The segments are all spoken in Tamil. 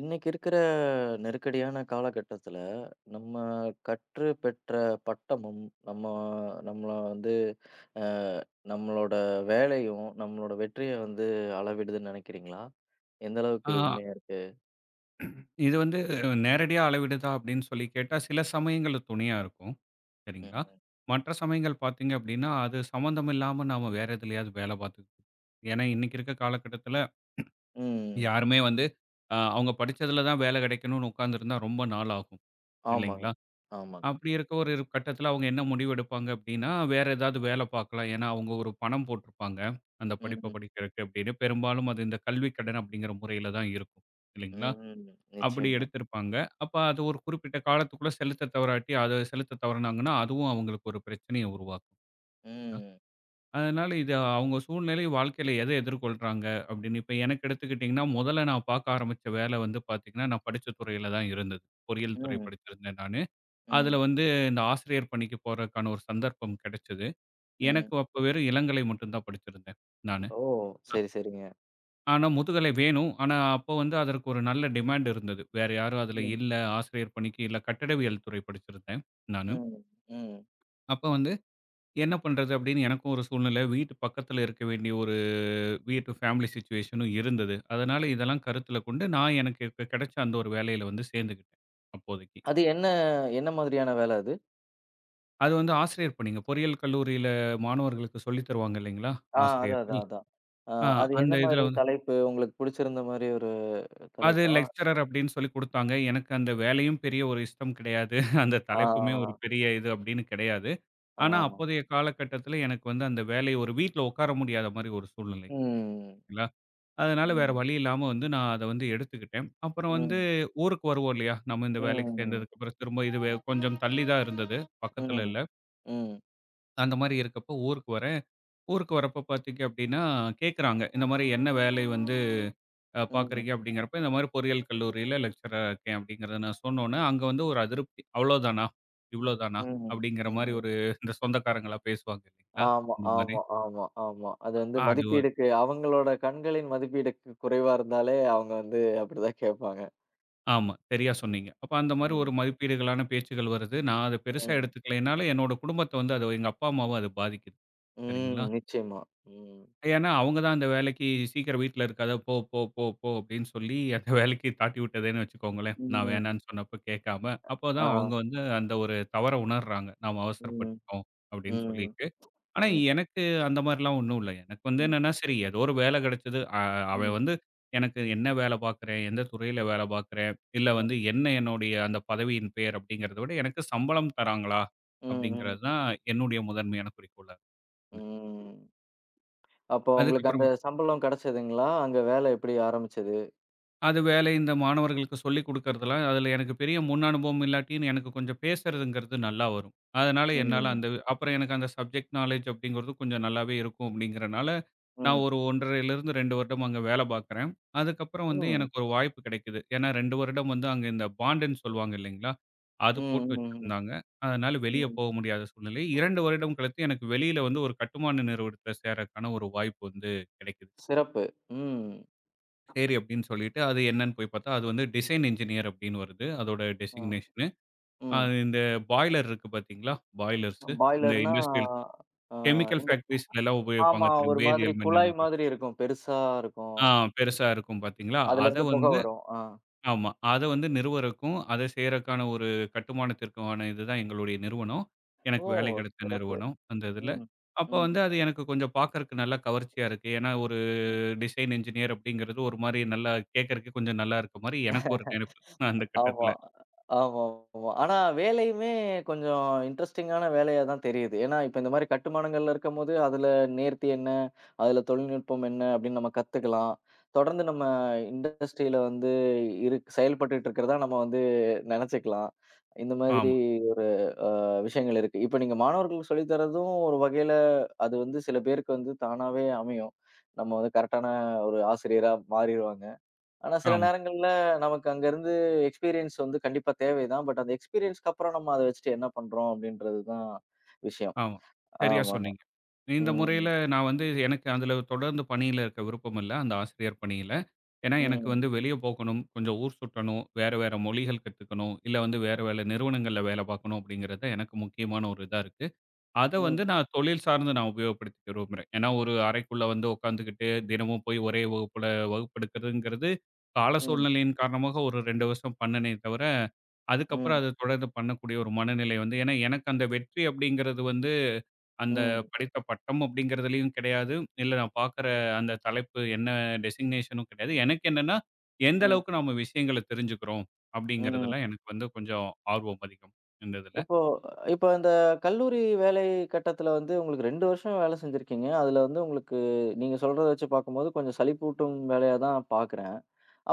இன்னைக்கு இருக்கிற நெருக்கடியான காலகட்டத்துல, நம்ம கற்று பெற்ற பட்டமும், நம்ம நம்மள வந்து அ நம்மளோட வேலையும், நம்மளோட வெற்றிய வந்து அளவிடுதுன்னு நினைக்கிறீங்களா? எந்த அளவுக்கு இது ஆ, உண்மையா இருக்கு? இது வந்து நேரடியா அளவிடுதா அப்படின்னு சொல்லி கேட்டா, சில சமயங்கள்ல துணையா இருக்கும். சரிங்களா? ம். மற்ற சமயங்கள் பார்த்தீங்க அப்படின்னா, அது சம்மந்தம் இல்லாம நாம வேற எதுலயாவது வேலை பார்த்துக்கிட்டு இருப்போம். ஏன்னா, இன்னைக்கு இருக்க காலகட்டத்தில ம். யாருமே வந்து அவங்க படிச்சதுல தான் வேலை கிடைக்கணும்னு உட்கார்ந்திருந்தா ரொம்ப நாள் ஆகும். ஆமாங்க. இல்லைங்களா? ஆமாங்க. அப்படி இருக்க ஒரு கட்டத்தில அவங்க என்ன முடிவு எடுப்பாங்க அப்படின்னா, வேற ஏதாவது வேலை பார்க்கலாம். ஏன்னா, அவங்க ஒரு பணம் போட்டிருப்பாங்க. அந்த ம். படிப்ப ம். படிக்கிறதுக்கு அப்படின்னு. பெரும்பாலும் அது இந்த கல்விக் கடன் அப்படிங்கிற முறையில தான் இருக்கும். இல்லைங்களா? ம், ம். அப்படி நிச்சயமா. எடுத்திருப்பாங்க. அப்ப அது ஒரு குறிப்பிட்ட காலத்துக்குள்ள செலுத்தத் தவறாட்டி, அத செலுத்தத் தவறுனாங்கன்னா, அதுவும் அவங்களுக்கு ஒரு பிரச்சனைய உருவாக்கும். அ ம். அதனால இது அவங்க சூழ்நிலை வாழ்க்கையில எதிர்கொள்றாங்க அப்படின்னு, இப்ப எனக்கு எடுத்துக்கிட்டீங்கன்னா, முதல்ல நான் பார்க்க ஆரம்பிச்ச வேலை வந்து பார்த்தீங்கன்னா, நான் படிச்ச துறையில தான் இருந்தது. பொறியியல் துறை ம். படிச்சிருந்தேன் நானு. அதுல ம். வந்து இந்த ஆசிரியர் பணிக்கு போறதுக்கான ஒரு சந்தர்ப்பம் கிடைச்சது. ம். எனக்கு அப்ப வெறும் இளங்கலை மட்டும் தான் படிச்சிருந்தேன் நானு. ஓ! சரி, சரிங்க. ஆனா, முதுகலை வேணும். ஆனா, அப்போ வந்து அதற்கு ஒரு நல்ல டிமாண்ட் இருந்தது. வேற யாரும் அதுல ம். இல்ல. ஆசிரியர் பணிக்கு இல்ல. கட்டடவியல் துறை படிச்சிருந்தேன் நானு. ம். ம். அப்ப வந்து என்ன பண்றது அப்படின்னு எனக்கும் ஒரு சூழ்நிலை. வீட்டு பக்கத்துல இருக்க வேண்டிய ஒரு வீட்டு ஃபேமிலி சிச்சுவேஷனும் இருந்தது. அதனால இதெல்லாம் கருத்துல கொண்டு நான் எனக்கு கிடைச்ச அந்த ஒரு வேலையில வந்து சேர்ந்துக்கிட்டேன் அப்போதைக்கு. அது என்ன என்ன மாதிரியான வேல அது? அது வந்து ஆசிரியர் பணிங்க. பொறியியல் கல்லூரியில மாணவர்களுக்கு சொல்லி தருவாங்க இல்லைங்களா? ஆ. அதான், ஆசிரியர்கள். அதான், அதான். அ ஆ அது அந்த என்ன இதுல மாரி வந்து தலைப்பு? உங்களுக்கு புடிச்சிருந்த மாரி ஒரு அது தலைப்பா? லெக்சரர் அப்படின்னு சொல்லிக் குடுத்தாங்க. எனக்கு அந்த வேலையும் பெரிய ஒரு இஷ்டம் கிடையாது. அந்த தலைப்புமே ஒரு ஆ, பெரிய இது அப்படின்னு கிடையாது. ஆ. ஆனா, அப்போதைய காலகட்டத்தில எனக்கு வந்து அந்த வேலை ஒரு வீட்ல உட்கார முடியாத மாரி ஒரு சூழ்நிலை. ம். சரிங்களா? அதனால வேற ம். வழி இல்லாம வந்து நான் அத வந்து எடுத்துக்கிட்டேன். அப்புறம் வந்து ம். ஊருக்கு வருவோம் இல்லையா? நம்ம இந்த வேலைக்கு ம். சேர்ந்ததுக்கப்புறம் திரும்ப இது வே ம். கொஞ்சம் தள்ளி தான் இருந்தது. பக்கத்துல ம். இல்ல. அந்த மாரி இருக்கப்போ ஊருக்கு வரேன். ஊருக்கு வரப்போ பார்த்தீங்க அப்படின்னா கேட்கறாங்க. இந்த மாரி என்ன வேலை வந்து ம். பார்க்குறீங்க அப்படிங்கிறப்ப, இந்த மாரி பொறியியல் கல்லூரியில லெக்சரரா இருக்கேன் அப்படிங்கிறத நான் சொன்னோனே, அங்க வந்து ஒரு அதிருப்தி. அவ்வளோதானா? இவ்வளோதானா? ம். அப்படிங்கிற மாரி ம். ஒரு இந்த சொந்தக்காரங்களா பேசுவாங்க இல்லைங்களா? ஆமா, இந்த மாரி. ஆமா, ஆமா, ஆமா. அது வந்து அது வ மதிப்பீடுக்கு அவங்களோட கண்களின் மதிப்பீடுக்கு குறைவா இருந்தாலே, அவங்க வந்து அப்படிதான் கேட்பாங்க. ஆமா. சரியா சொன்னீங்க. அப்ப அந்த மாரி ம். ஒரு மதிப்பீடுகளான பேச்சுகள் வருது. நான் அத பெருசா ம். எடுத்துக்கலைனாலும், என்னோட குடும்பத்த வந்து அது எங்க அப்பா, அம்மாவ அது பாதிக்குது. ம். சரிங்களா? நிச்சயமா. ம். ஏன்னா, அவங்க தான் அந்த வேலைக்கு சீக்கிரம் வீட்ல இருக்காத போ, போ, போ, போ அப்படின்னு சொல்லி அந்த வேலைக்கு தாட்டி விட்டதேன்னு வச்சுக்கோங்களேன். நான் ம். வேணான்னு சொன்னப்போ கேட்காம. அப்ப ஆ. தான் அவங்க வந்து அந்த ஒரு தவற உணர்றாங்க. நாம ம். அவசரப்பட்டுட்டோம் அப்படின்னு ம். சொல்லிட்டு. ஆனா ம். எனக்கு அந்த மாரிலாம் ஒண்ணும் இல்ல. எனக்கு வந்து ம். என்னன்னா, சரி ஏதோ ஒரு வேலை கிடைச்சது. அவன் ம். வந்து எனக்கு என்ன வேலை பார்க்கிறேன், எந்த துறையில வேலை பார்க்கிறேன், இல்ல வந்து என்ன என்னுடைய அந்த பதவியின் பெயர் அப்படிங்கிறத விட எனக்கு சம்பளம் தராங்களா ம். ம். அப்படிங்கிறது தான் என்னுடைய முதன்மையான குறிக்கோளா இருந்தது. ம். அப்போ உங்களுக்கு அதுக்கப்புறம் அந்த சம்பளம் கிடைச்சதுங்களா? அங்க வேலை எப்படி ஆரம்பிச்சது? அது வேலை இந்த மாணவர்களுக்கு சொல்லிக் குடுக்கறதெல்லாம், அதில எனக்கு பெரிய முன் அனுபவம் இல்லாட்டியும் எனக்கு கொஞ்சம் பேசுறதுங்கிறது நல்லா வரும். அதனால என்னால ம். அந்த அப்புறம் எனக்கு அந்த சப்ஜெக்ட் நாலேட்ஜ் அப்படிங்கிறது கொஞ்சம் நல்லாவே இருக்கும் அப்படிங்கிறனால, நான் ம். ஒரு 1 1/2லிருந்து 2 வருடம் அங்க வேலை பார்க்குறேன். அதுக்கப்புறம் வந்து ம். எனக்கு ஒரு வாய்ப்பு கிடைக்குது. ஏன்னா 2 வருடம் வந்து அங்க இந்த பாண்டுன்னு சொல்லுவாங்க இல்லைங்களா? அது போட்டு ம். ம். வச்சிருந்தாங்க. அதனால வெளிய ம். போக முடியாத சூழ்நிலை. 2 வருடம் கழித்து எனக்கு வெளியில வந்து ஒரு கட்டுமான நிறுவனத்தில சேரக்கான ஒரு வாய்ப்பு வந்து கிடைக்குது. சிறப்பு. ம். சரி அப்படின்னு சொல்லிட்டு, அது என்னன்னு போய் பார்த்தா, அது வந்து டிசைன் என்ஜினியர் அப்படின்னு வருது. அதோட அ. டெசிக்னேஷனு. ம். அது இந்த பாய்லர் இருக்கு பார்த்தீங்களா? பாய்லர்ஸு. இந்த பாய்லர்னா இண்டஸ்ட்ரியல் அ கெமிக்கல் இந்த ஃபேக்டரிஸ்லலாம் ஆமா. உபயோகிப்பாங்க தெரியும். ஒரு மாதிரி வேதியியல் குழாய் மின்னமாற்ற மாதிரி இருக்கும். பெருசா இருக்கும். ஆ பெருசா இருக்கும் பார்த்தீங்களா? அத அதுலருந்து புகை வந்து வரும். ஆ. ஆமா. அத வந்து நிறுவறக்கும், அத செய்றக்கான ஒரு கட்டுமானத்திற்குமான இதுதான் எங்களுடைய நிறுவனம். ஓ! எனக்கு வேலை கிடைச்ச சிறப்பு. நிறுவனம் அந்த இதுல. ம். அப்ப ம். வந்து அது எனக்கு கொஞ்சம் பார்க்கறக்கு நல்லா கவர்ச்சியா இருக்கு. ஏன்னா, ஒரு டிசைன் என்ஜினியர் அப்படிங்கிறது ஒரு மாரி நல்லா கேட்கறக்கு கொஞ்சம் நல்லா இருக்க மாரி எனக்கு ஒரு நினைப்பு. அந்த ஆமா. கட்டத்துல. ஆமாமா. ஆனா வேலையுமே கொஞ்சம் இன்ட்ரஸ்டிங்கான வேலையா தான் தெரியுது. ஏன்னா, இப்ப இந்த மாரி கட்டுமானங்கள்ல இருக்கும்போது, அதுல நேர்த்தி என்ன? அதுல தொழில்நுட்பம் என்ன? அப்படின்னு நம்ம கத்துக்கலாம். தொடர்ந்து நம்ம இண்டஸ்ட்ரியில வந்து செயல்பட்டுட்டு இருக்கிறதா நம்ம வந்து நெனச்சுக்கலாம். இந்த மாதிரி ஆமா, ஒரு அ விஷயங்கள் இருக்கு. இப்ப நீங்க மாணவர்களுக்கு சொல்லி தர்றதும் ஒரு வகையில அது வந்து சில பேருக்கு வந்து தானாவே அமையும். நம்ம வந்து கரெக்ட்டான ஒரு ஆசிரியரா மாறிருவாங்க. ஆனா சில ஆமா, நேரங்கள்ல நமக்கு அங்க இருந்து எக்ஸ்பீரியன்ஸ் வந்து கண்டிப்பா தேவைதான். பட் அந்த எக்ஸ்பீரியன்ஸ்க்கு அப்புறம் நம்ம அத வச்சுட்டு என்ன பண்றோம் அப்படின்றது தான் விஷயம். ஆமா. சரியா ஆமாங்க. சொன்னீங்க. இந்த ம். முறையில நான் வந்து எனக்கு அதுல தொடர்ந்து பணியில இருக்க விருப்பம் இல்ல. அந்த ஆசிரியர் பணியில. ஏன்னா எனக்கு ம். வந்து வெளிய போகணும், கொஞ்சம் ஊர் சுற்றணும், வேற வேற மொழிகள் கத்துக்கணும், இல்ல வந்து வேற வேற நிறுவனங்கள்ல வேல பார்க்கணும் அப்படிங்கிறது தான் எனக்கு முக்கியமான ஒரு இதா இருக்கு. அத வந்து ம். நான் தொழில் சார்ந்து நான் உபயோகப்படுத்திக்க விரும்புறேன். ஏன்னா, ஒரு அறைக்குள்ள வந்து உட்காந்துக்கிட்டு, தினமும் போய் ஒரே வகுப்புல வகுப்பெடுக்கிறதுங்கிறது, கால ம். சூழ்நிலையின் காரணமாக ஒரு 2 வருஷம் பண்ணுனே தவிர, அதுக்கப்புறம் ம். அத தொடர்ந்து பண்ணக்கூடிய ஒரு மனநிலை வந்து ஏன்னா எனக்கு அந்த வெற்றி அப்படிங்கிறது வந்து, அந்த ம். படித்த பட்டம் அப்படிங்கிறதுலயும் கிடையாது. இல்ல நான் பார்க்குற அந்த தலைப்பு என்ன டெசிக்னேஷனும் கிடையாது. எனக்கு என்னன்னா, எந்த ம். அளவுக்கு நம்ம விஷயங்கள தெரிஞ்சுக்கிறோம் ம். அப்படிங்கிறதுல எனக்கு வந்து கொஞ்சம் ஆர்வம் அதிகம், இந்த இதுல. இப்போ இப்போ இந்த கல்லூரி வேலை கட்டத்துல வந்து உங்களுக்கு 2 வருஷம் வேலை செஞ்சிருக்கீங்க. அதுல வந்து உங்களுக்கு நீங்க சொல்றத வச்சு பார்க்கும்போது கொஞ்சம் சலிப்பூட்டும் வேலையா தான் பார்க்குறேன்.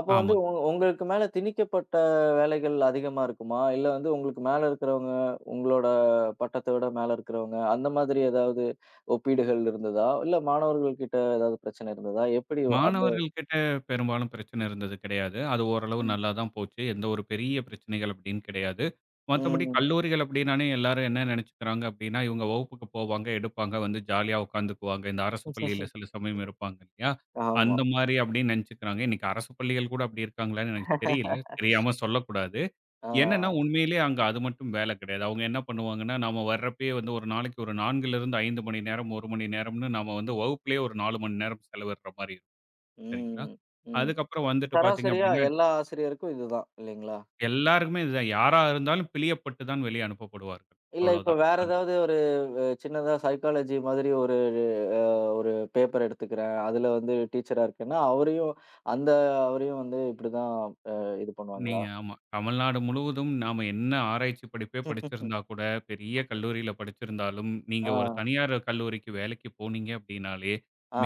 அப்ப வந்து ஆமாங்க. உங்களுக்கு மேல திணிக்கப்பட்ட வேலைகள் அதிகமா இருக்குமா? இல்ல வந்து உங்களுக்கு மேல இருக்கிறவங்க, உங்களோட பட்டத்த விட மேல இருக்கிறவங்க, அந்த மாதிரி ஏதாவது ஒப்பீடுகள் இருந்ததா? இல்ல மாணவர்கள் கிட்ட ஏதாவது பிரச்சனை இருந்ததா? எப்படி அந்த மாணவர்கள் கிட்ட பெரும்பாலும் பிரச்சனை இருந்தது கிடையாது. அது ஓரளவு ம். நல்லா தான் போச்சு. எந்த ஒரு பெரிய பிரச்சனைகள் அப்டின்னு கிடையாது. மத்தபடி ம். கல்லூரிகள் அப்டின்னாலே எல்லாரும் என்ன நெனச்சுக்கிறாங்க அப்டின்னா, இவங்க வகுப்புக்கு போவாங்க, எடுப்பாங்க, வந்து ஜாலியா உட்காந்துக்குவாங்க. இந்த அரசு பள்ளியில சில சமயம் இருப்பாங்க இல்லையா? ஆமா. அந்த மாரி அப்டின்னு நெனச்சுக்கிறாங்க. இன்னைக்கு அரசு பள்ளிகள் கூட அப்டி இருக்காங்களான்னு எனக்கு தெரியல. தெரியாம சொல்லக்கூடாது. ஆ. என்னன்னா உண்மையிலேயே அங்க அது மட்டும் வேல கிடையாது. அவங்க என்ன பண்ணுவாங்கன்னா, நாம வர்றப்பயே வந்து ஒரு நாளைக்கு ஒரு 4லிருந்து 5 மணி நேரம், 1 மணி நேரம்னு நாம வந்து வகுப்பிலேயே ஒரு 4 மணி நேரம் செலவிடுற மாரி இருக்கும். சரிங்களா. ம். ம். அதுக்கப்புறம் வந்துட்டு பார்த்தீங்க சராசரியா அப்டின்னா, எல்லா ஆசிரியருக்கும் இதுதான் இல்லைங்களா? எல்லாருக்குமே இதுதான். யாரா இருந்தாலும் பிழியப்பட்டு தான் வெளிய அனுப்பப்படுவார்கள். இல்ல இப்ப அவ்வளோதான். வேற ஏதாவது ஒரு சின்னதா சைக்காலஜி மாதிரி ஒரு அ ஒரு பேப்பர் எடுத்துக்கிறேன். அதுல வந்து டீச்சரா இருக்கேன்னா, அவரையும் அந்த அவரையும் வந்து இப்படிதான் அ இது பண்ணுவாங்களா? நீங்க ஆமா. தமிழ்நாடு முழுவதும் நாம என்ன ஆராய்ச்சி படிப்பே படிச்சிருந்தா கூட, பெரிய கல்லூரியில படிச்சிருந்தாலும், நீங்க ஆ, ஒரு தனியார் கல்லூரிக்கு வேலைக்கு போனீங்க அப்டின்னாலே,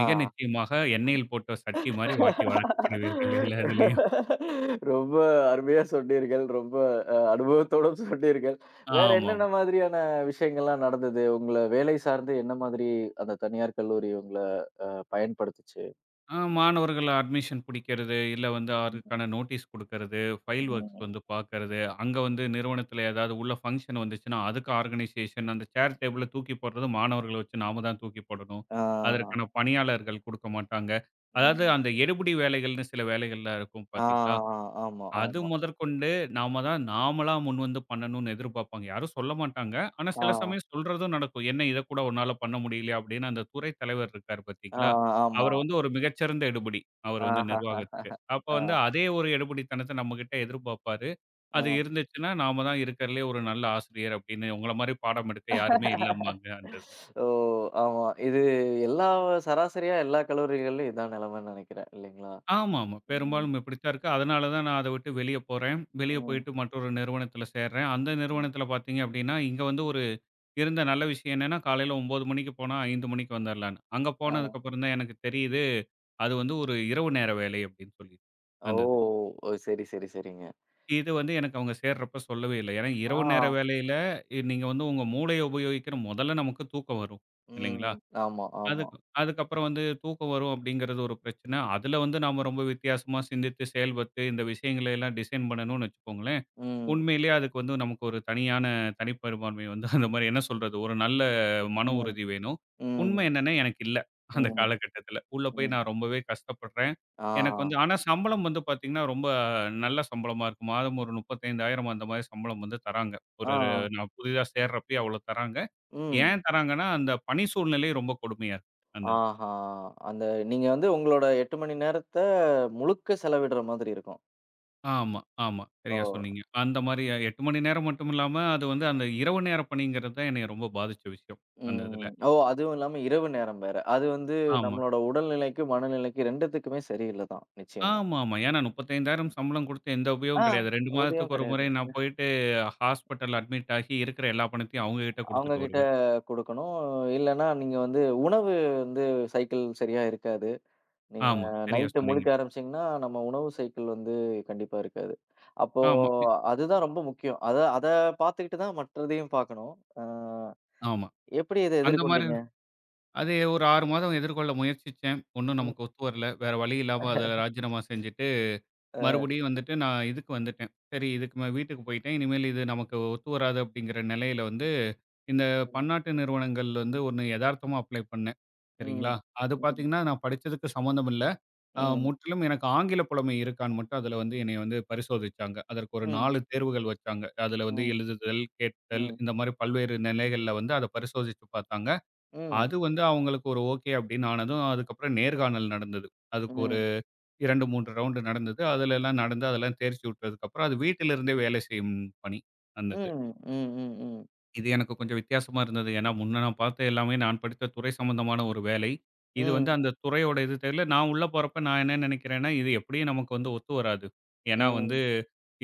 மிக நிச்சயமாக எண்ணெயில் போட்ட சட்டி மாரி வாட்டி வதக்கு பண்ணுவீர்கள் எல்லா இதுலயும். ரொம்ப அருமையா சொன்னீர்கள். ரொம்ப அனுபவத்தோடும் சொன்னீர்கள். வேற ஆமாமா. என்னென்ன மாதிரியான விஷயங்கள்லாம் நடந்தது? உங்கள வேலை சார்ந்து என்ன மாதிரி அந்த தனியார் கல்லூரி உங்கள அ பயன்படுத்துச்சு? மாணவர்கள அட்மிஷன் பிடிக்கிறது, இல்ல வந்து அதுக்கான நோட்டீஸ் குடுக்கறது, ஃபைல் ஒர்க்ஸ் ம். வந்து பார்க்கறது, அங்க வந்து நிறுவனத்தில ஏதாவது உள்ள ஃபங்ஷன் வந்துச்சுன்னா, அதுக்கு ஆர்கனைசேஷன் அந்த சேர் டேபிள தூக்கி போடுறது மாணவர்கள வச்சு நாம தான் தூக்கி போடணும். ஆ, அதற்கான பணியாளர்கள் குடுக்க மாட்டாங்க. அதாவது ம். அந்த எடுபிடி வேலைகள்னு சில வேலைகள்லாம் இருக்கும் ஆ, பார்த்தீங்களா? ஆ, ஆமா, அது ஆமா. முதற்கொண்டு நாம தான் நாமளா முன்வந்து பண்ணணும்னு எதிர்பார்ப்பாங்க. யாரும் சொல்ல மாட்டாங்க. ஆனா ஆ, சில சமயம் சொல்றதும் நடக்கும். என்ன இத கூட உன்னால பண்ண முடியலையா? அப்படின்னு அந்த துறை தலைவர் இருக்காரு ஆ, பார்த்தீங்களா? ஆமா. அவர் வந்து ஒரு மிகச்சிறந்த எடுபிடி. அவர் வந்து நிர்வாகத்துக்கு. ஆஹஹஹஹ. அப்ப ஆ, வந்து அதே ஒரு எடுபிடித்தனத்த நம்மகிட்ட எதிர்பார்ப்பாரு. அது ஆ. இருந்துச்சுன்னா, நாம தான் இருக்கிறதுலயே ஒரு நல்ல ஆசிரியர் அப்படின்னு உங்கள மாரி பாடம் எடுக்க யாருமே இல்லம்பாங்க அந்த இதுல. ஓ! ஆமா. இது எல்லா சராசரியா எல்லா கல்லூரிகள்லயும் இதான் நிலைமைன்னு நினைக்கிறேன். இல்லைங்களா? ஆமாமா. ம். பெரும்பாலும் இப்படித்தான் இருக்கு. அதனால தான் நான் அத விட்டு வெளிய போறேன். வெளிய ம். போயிட்டு மற்றொரு நிறுவனத்தில சேர்றேன். அந்த ம். நிறுவனத்தில பார்த்தீங்க அப்படின்னா, இங்க வந்து ஒரு இருந்த நல்ல விஷயம் என்னன்னா, காலையில 9 மணிக்கு போனா 5 மணிக்கு வந்துரலான்னு. அங்க ஆ. போனதுக்கப்புறம் தான் எனக்கு தெரியுது, அது வந்து ஒரு இரவு நேர வேலை அப்படின்னு சொல்லி. ஓ! அந்த இது. ஓ! சரி, சரி, சரிங்க. இது வந்து எனக்கு அவங்க சேர்றப்ப சொல்லவே இல்ல. ஏன்னா ஆ. இரவு நேர வேலையில நீங்க வந்து உங்க மூளைய உபயோகிக்கிற முதல்ல நமக்கு தூக்கம் வரும். இல்லைங்களா? ம். ஆமா, ஆமா. அதுக்கப்புறம் வந்து தூக்கம் வரும் அப்படிங்கிறது ஒரு பிரச்சனை. அதுல வந்து நாம ரொம்ப வித்தியாசமா சிந்தித்து செயல்பட்டு இந்த விஷயங்களை எல்லாம் டிசைன் பண்ணணும்னு வச்சுக்கோங்களேன். ம். உண்மையிலேயே அதுக்கு வந்து நமக்கு ஒரு தனியான தனிப்பெரும்பான்மை வந்து அந்த மாரி என்ன சொல்றது? ஒரு நல்ல மன ம். உறுதி வேணும். ம். உண்மை என்னன்னா எனக்கு இல்ல. அந்த ம். காலகட்டத்தில. உள்ள போய் ம். நான் ரொம்பவே கஷ்டப்படுறேன். ஆ. எனக்கு வந்து ஆனா சம்பளம் வந்து பார்த்தீங்கன்னா, ரொம்ப நல்ல சம்பளமா இருக்கும். மாதம் ஒரு 35,000 அந்த மாரி சம்பளம் வந்து தராங்க. ஒரு ஆ. ஒரு- நான் புதிதா சேர்றப்பயே அவ்வளோ தராங்க. ம். ஏன் தராங்கன்னா, அந்த பணி சூழ்நிலை ரொம்ப கொடுமையா இருக்கு. அந்த இதுல. ஆஹா! அந்த நீங்க வந்து உங்களோட 8 மணி நேரத்த முழுக்க செலவிடுற மாதிரி இருக்கும். ஆமா, ஆமா. ஓ! சரியா சொன்னீங்க. அந்த மாரி 8 மணி நேரம் மட்டும் இல்லாம, அது வந்து அந்த இரவு நேர பணிங்கிறது தான் என்னைய ரொம்ப பாதிச்ச விஷயம். அந்த இதுல. ம். ஓ! அதுவும் இல்லாம இரவு நேரம் வேற. அது வந்து ஆமா. நம்மளோட உடல்நிலைக்கு, மனநிலைக்கு 2த்துக்குமே சரியில்ல தான். நிச்சயமா. ஆமாமா. ஏன்னா 35,000 சம்பளம் குடுத்து எந்த உபயோகம் ஆ. கிடையாது. 2 உதயம் மாதத்துக்கு ஒரு கிடையாது. முறை நான் போயிட்டு ஹாஸ்பிட்டல் அட்மிட் ஆகி இருக்கிற எல்லா பணத்தையும் அவங்க கிட்ட அவங்க குடுத்துட்டு கிட்ட வருவேன். குடுக்கணும். இல்லன்னா நீங்க வந்து உணவு வந்து சைக்கிள் சரியா இருக்காது. நீங்க ஆமா, சரியா நைட்டு சொன்னீங்க. முழிக்க ஆரம்பிச்சீங்கன்னா, நம்ம உணவு சைக்கிள் வந்து கண்டிப்பா இருக்காது. அப்போ ஆமா, அதுதான் ரொம்ப முக்கியம். அத அத பார்த்துக்கிட்டு தான் மற்றதையும் பார்க்கணும். அ ஆமா. எப்படி இத அந்த மாரி எதிர்கொண்டீங்க? அது ஒரு 6 மாதம் எதிர்கொள்ள முயற்சிச்சேன். ஒண்ணும் ம். நமக்கு ஒத்து வரல. வேற வழி இல்லாம அத ராஜினாமா செஞ்சுட்டேன். அ. மறுபடியும் வந்துட்டு நான் இதுக்கு வந்துட்டேன். சரி இதுக்கு மே வீட்டுக்கு போயிட்டேன். இனிமேல் இது நமக்கு ஒத்து வராது அப்படிங்கிற நிலையில வந்து, இந்த ம். பன்னாட்டு நிறுவனங்கள் வந்து ஒண்ணு எதார்த்தமா அப்ளை பண்ணேன். சரிங்களா? ம். அது ம். பார்த்தீங்கன்னா, நான் படிச்சதுக்கு சம்மந்தம் இல்ல. ம். முற்றிலும் எனக்கு ஆங்கில புலமை இருக்கான்னு மட்டும் அதுல வந்து என்னைய வந்து பரிசோதிச்சாங்க. அதற்கு ஒரு ம். 4 தேர்வுகள் வச்சாங்க. அதுல வந்து ம். எழுதுதல், கேட்டல் ம். இந்த மாரி பல்வேறு நிலைகள்ல வந்து அத பரிசோதிச்சு பார்த்தாங்க. ம். அது வந்து அவங்களுக்கு ஒரு ஓகே அப்படின்னு ஆனதும், அதுக்கப்புறம் நேர்காணல் நடந்தது. హ్మ్. அதுக்கு 2, 3 ரவுண்டு நடந்தது. அதுலலாம் நடந்து அதெல்லாம் தேர்ச்சி விட்டதுக்கப்புறம், அது வீட்டிலிருந்தே வேலை செய்யும் பணி அந்த இது. హ్మ్. హ్మ్. హ్మ్. இது எனக்கு கொஞ்சம் வித்தியாசமா இருந்தது. ஏன்னா, முன்ன நான் பார்த்த எல்லாமே நான் படித்த துறை சம்பந்தமான ஒரு வேலை. இது హ్మ్. வந்து அந்த துறையோட இது தெரியல. நான் உள்ள போறப்ப நான் என்ன நினைக்கிறேன்னா, இது எப்படியும் நமக்கு வந்து ஒத்து வராது. ஏன்னா హ్మ్. హ్మ్. வந்து,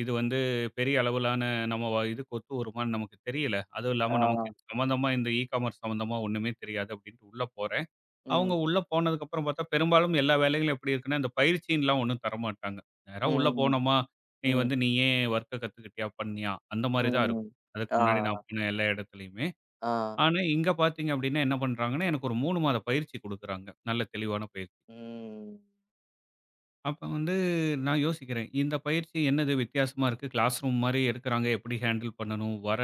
இது வந்து பெரிய அளவிலான நம்ம இதுக்கு ஒத்து வருமான்னு நமக்கு தெரியல. அதுவும் ఆ! இல்லாம நமக்கு இது சம்மந்தமா இந்த இ காமர்ஸ் சம்மந்தமா ஒண்ணுமே தெரியாது அப்படின்ட்டு உள்ள போறேன். அவங்க హ్మ్. உள்ள போனதுக்கப்புறம் பார்த்தா, பெரும்பாலும் எல்லா வேலைகளும் எப்படி இருக்குன்னா, இந்த பயிற்சின்லாம் ஒண்ணும் தரமாட்டாங்க. நேரா உள்ள హ్మ్. போனோமா, நீ హ్మ్. வந்து நீ ஏன் ஒர்க்க கத்துக்கிட்டியா? பண்ணியா? அந்த மாரி தான் హ్మ్. இருக்கும். அதுக்கு ఆ! முன்னாடி நான் போன எல்லா இடத்துலயுமே. ఆ! ஆனா, இங்க பார்த்தீங்க அப்படின்னா என்ன பண்றாங்கன்னா, எனக்கு ஒரு 3 மாத பயிற்சி குடுக்குறாங்க. நல்ல தெளிவான பயிற்சி. ம். அப்ப வந்து நான் யோசிக்கிறேன். இந்த பயிற்சி என்னது வித்தியாசமா இருக்கு? கிளாஸ் ரூம் மாரி எடுக்குறாங்க. எப்படி ஹேண்டில் பண்ணணும்? வர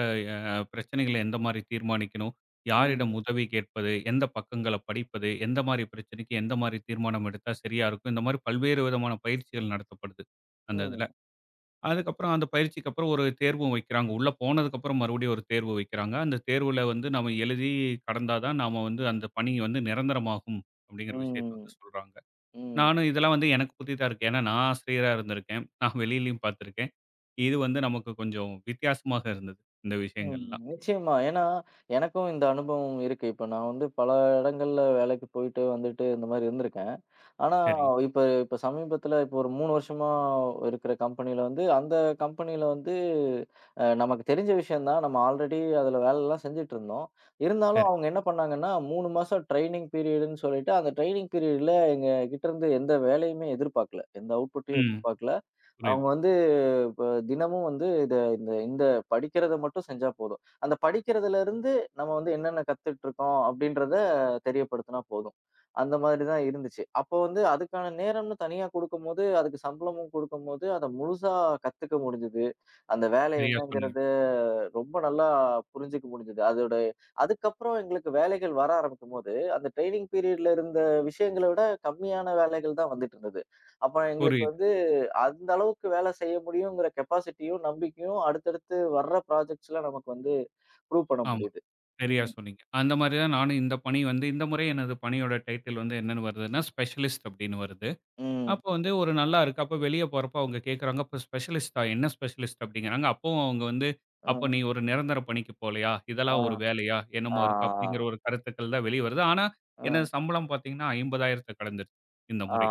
அ பிரச்சனைகள எந்த மாரி தீர்மானிக்கணும்? யாரிடம் ம். உதவி கேட்பது? எந்த பக்கங்கள படிப்பது? எந்த மாரி பிரச்சனைக்கு எந்த மாரி தீர்மானம் எடுத்தா சரியா இருக்கும்? இந்த மாரி பல்வேறு விதமான பயிற்சிகள் நடத்தப்படுது, அந்த இதுல. ம். அதுக்கப்புறம் அந்த பயிற்சிக்கு அப்புறம் ஒரு தேர்வும் வைக்கிறாங்க. உள்ள போனதுக்கப்புறம் மறுபடியும் ஒரு தேர்வு வைக்கிறாங்க. அந்த தேர்வுல வந்து நாம எழுதி கடந்தா தான் நாம வந்து அந்த பணி வந்து நிரந்தரமாகும், அப்படிங்கிற விஷயத்த ம். வந்து சொல்றாங்க. ம். நானும் இதெல்லாம் வந்து எனக்கு புதிதா இருக்கு. ஏன்னா நான் ஆசிரியரா இருந்திருக்கேன். நான் வெளியிலயும் பார்த்திருக்கேன். இது வந்து நமக்கு கொஞ்சம் வித்தியாசமாக இருந்தது. இந்த ம். விஷயங்கள்லாம். நிச்சயமா. ஏன்னா, எனக்கும் இந்த அனுபவம் இருக்கு. இப்ப நான் வந்து பல இடங்கள்ல வேலைக்கு போயிட்டு, வந்துட்டு இந்த மாரி இருந்திருக்கேன். ஆனா, சரி, இப்ப இப்ப சமீபத்துல ஒரு 3 வருஷமா இருக்கிற கம்பெனில வந்து, அந்த கம்பெனில வந்து நமக்கு தெரிஞ்ச விஷயம் தான். நம்ம ஆல்ரெடி அதுல வேலைலாம் செஞ்சுட்டுருந்தோம். இருந்தாலும் சரி. அவங்க என்ன பண்ணாங்கன்னா, 3 மாசம் ட்ரெய்னிங் பீரியடுன்னு சொல்லிட்டு, அந்த ட்ரெய்னிங் பீரியட்ல எங்ககிட்ட இருந்து எந்த வேலையுமே எதிர்பார்க்கல. எந்த அவுட்புட்டையும் ம். எதிர்பார்க்கல. புரியுது. அவங்க வந்து இப்ப தினமும் வந்து இத இந்த இந்த படிக்கிறத மட்டும் செஞ்சா போதும். அந்த படிக்கிறதுல இருந்து நம்ம வந்து என்னென்ன கத்துட்டு இருக்கோம் அப்படின்றத தெரியப்படுத்துனா போதும். அந்த மாதிரி தான் இருந்துச்சு. அப்போ வந்து அதுக்கான நேரம்னு தனியா குடுக்கும்போது, அதுக்கு சம்பளமும் குடுக்கும்போது, அத முழுசா கத்துக்க முடிஞ்சது. அந்த வேலை சரியா சொன்னீங்க. என்னங்கிறத ரொம்ப நல்லா புரிஞ்சுக்க முடிஞ்சது. அதோட அதுக்கப்புறம் எங்களுக்கு வேலைகள் வர ஆரம்பிக்கும்போது, அந்த ட்ரெய்னிங் பீரியட்ல இருந்த விஷயங்கள விட கம்மியான வேலைகள் தான் வந்துட்டு இருந்தது. அப்ப எங்களுக்கு புரியுது. வந்து அந்த அளவுக்கு வேலை செய்ய முடியுங்கிற கெப்பாசிட்டியும், நம்பிக்கையும் அடுத்தடுத்து வர்ற ப்ராஜெக்ட்ஸ்ல நமக்கு வந்து ப்ரூவ் பண்ண ஆமா. முடியுது. சரியா ம். சொன்னீங்க. அந்த மாரி தான் நானும் இந்த பணி வந்து இந்த முறை எனது பணியோட டைட்டில் வந்து என்னன்னு வருதுன்னா, ஸ்பெஷலிஸ்ட் அப்படின்னு வருது. ம். அப்போ வந்து ஒரு நல்லாருக்கு. அப்போ வெளிய போறப்போ அவங்க கேட்குறாங்க, "அப்ப ஸ்பெஷலிஸ்ட்டா? என்ன ஸ்பெஷலிஸ்ட்?" அப்படிங்கிறாங்க. அப்பவும் அவங்க வந்து, அ, "அப்ப நீ ஒரு நிரந்தர பணிக்கு போலயா? ஆ, இதெல்லாம் ஒரு வேலையா? என்னமோ இருக்கு." அப்படிங்கிற ஆ, ஒரு கருத்துக்கள் தான் வெளிய வருது. ஆனா, அ, எனது சம்பளம் பார்த்தீங்கன்னா, 50,000த்த கடந்துருச்சு இந்த ஆ. முறை.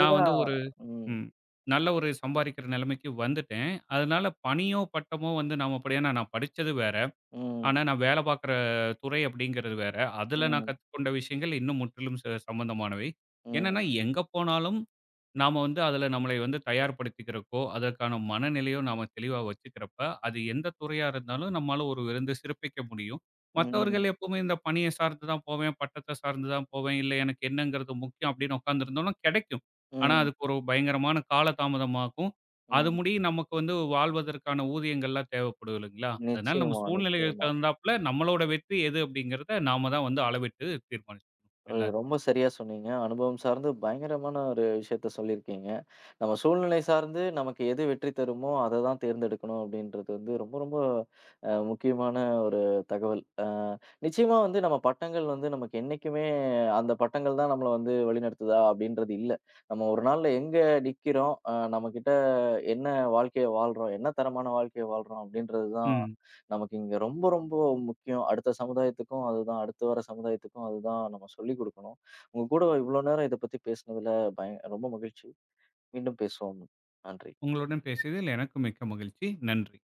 நான் வந்து ஒரு ம், ம். நல்ல ஒரு சம்பாரிக்கிற நிலைமைக்கு வந்துட்டேன். அதனால பணியோ, பட்டமோ வந்து நாம படி ஏன்னா நான் படிச்சது வேற. ம், ஆனா, நான் வேலை பார்க்குற துறை அப்படிங்கிறது வேற. அதுல நான் ம், கத்துக்கொண்ட விஷயங்கள் இன்னும் முற்றிலும் சம்பந்தமானவை. என்னன்னா, ம், எங்க போனாலும் நாம வந்து அதுல நம்மளை வந்து தயார்படுத்திக்கிறக்கோ, அதற்கான மனநிலையோ நாம தெளிவா வச்சுக்கிறப்ப, அது எந்த துறையா இருந்தாலும் நம்மால ஒரு வந்து சிறப்பிக்க முடியும். மத்தவர்கள் ம், எப்பவுமே இந்த பணிய சார்ந்து தான் போவேன், பட்டத்த சார்ந்து தான் போவேன், இல்ல எனக்கு என்னங்கிறது முக்கியம் அப்படின்னு உட்கார்ந்திருந்தோம்னா, கிடைக்கும். ஆனா, ம், அதுக்கு ஒரு பயங்கரமான கால தாமதமாகும். அது ம். முடிய நமக்கு வந்து வாழ்வதற்கான ஊதியங்கள்லாம் தேவைப்படும் இல்லைங்களா? அதனால நம்ம நிச்சயமா, சூழ்நிலைகளுக்கு நிச்சயமா. தகுந்தாப்புல நம்மளோட வெற்றி எது அப்படிங்கிறத நாம தான் வந்து அளவிட்டு தீர்மானிச்சுக்கணும். எல்லா ரொம்ப சரியா சொன்னீங்க. அனுபவம் சார்ந்து பயங்கரமான ஒரு விஷயத்த சொல்லியிருக்கீங்க. நம்ம சூழ்நிலை சார்ந்து நமக்கு எது வெற்றி தருமோ, அத தான் தேர்ந்தெடுக்கணும் அப்படின்றது வந்து ரொம்ப, ரொம்ப முக்கியமான ஒரு தகவல். நிச்சயமா வந்து நம்ம பட்டங்கள் வந்து நமக்கு என்னைக்குமே அந்த பட்டங்கள் தான் நம்மள வந்து வழிநடத்துதா அப்படின்றது இல்ல. நம்ம ஒரு நாள்ல எங்க நிக்கிறோம், நம்மகிட்ட என்ன வாழ்க்கைய வாழ்றோம், என்ன தரமான வாழ்க்கைய வாழ்றோம் அப்படின்றது தான் ம். நமக்கு இங்க ரொம்ப, ரொம்ப முக்கியம். அடுத்த சமுதாயத்துக்கும் அதுதான், அடுத்து வர சமுதாயத்துக்கும் அதுதான் நம்ம சொல்லிக் குடுக்கணும். உங்க கூட இவ்வளோ நேரம் இத பத்தி பேசினதுல ரொம்ப மகிழ்ச்சி. மீண்டும் பேசுவோம். நன்றி. உங்களுடன் பேசியதில் எனக்கு மிக்க மகிழ்ச்சி. நன்றி.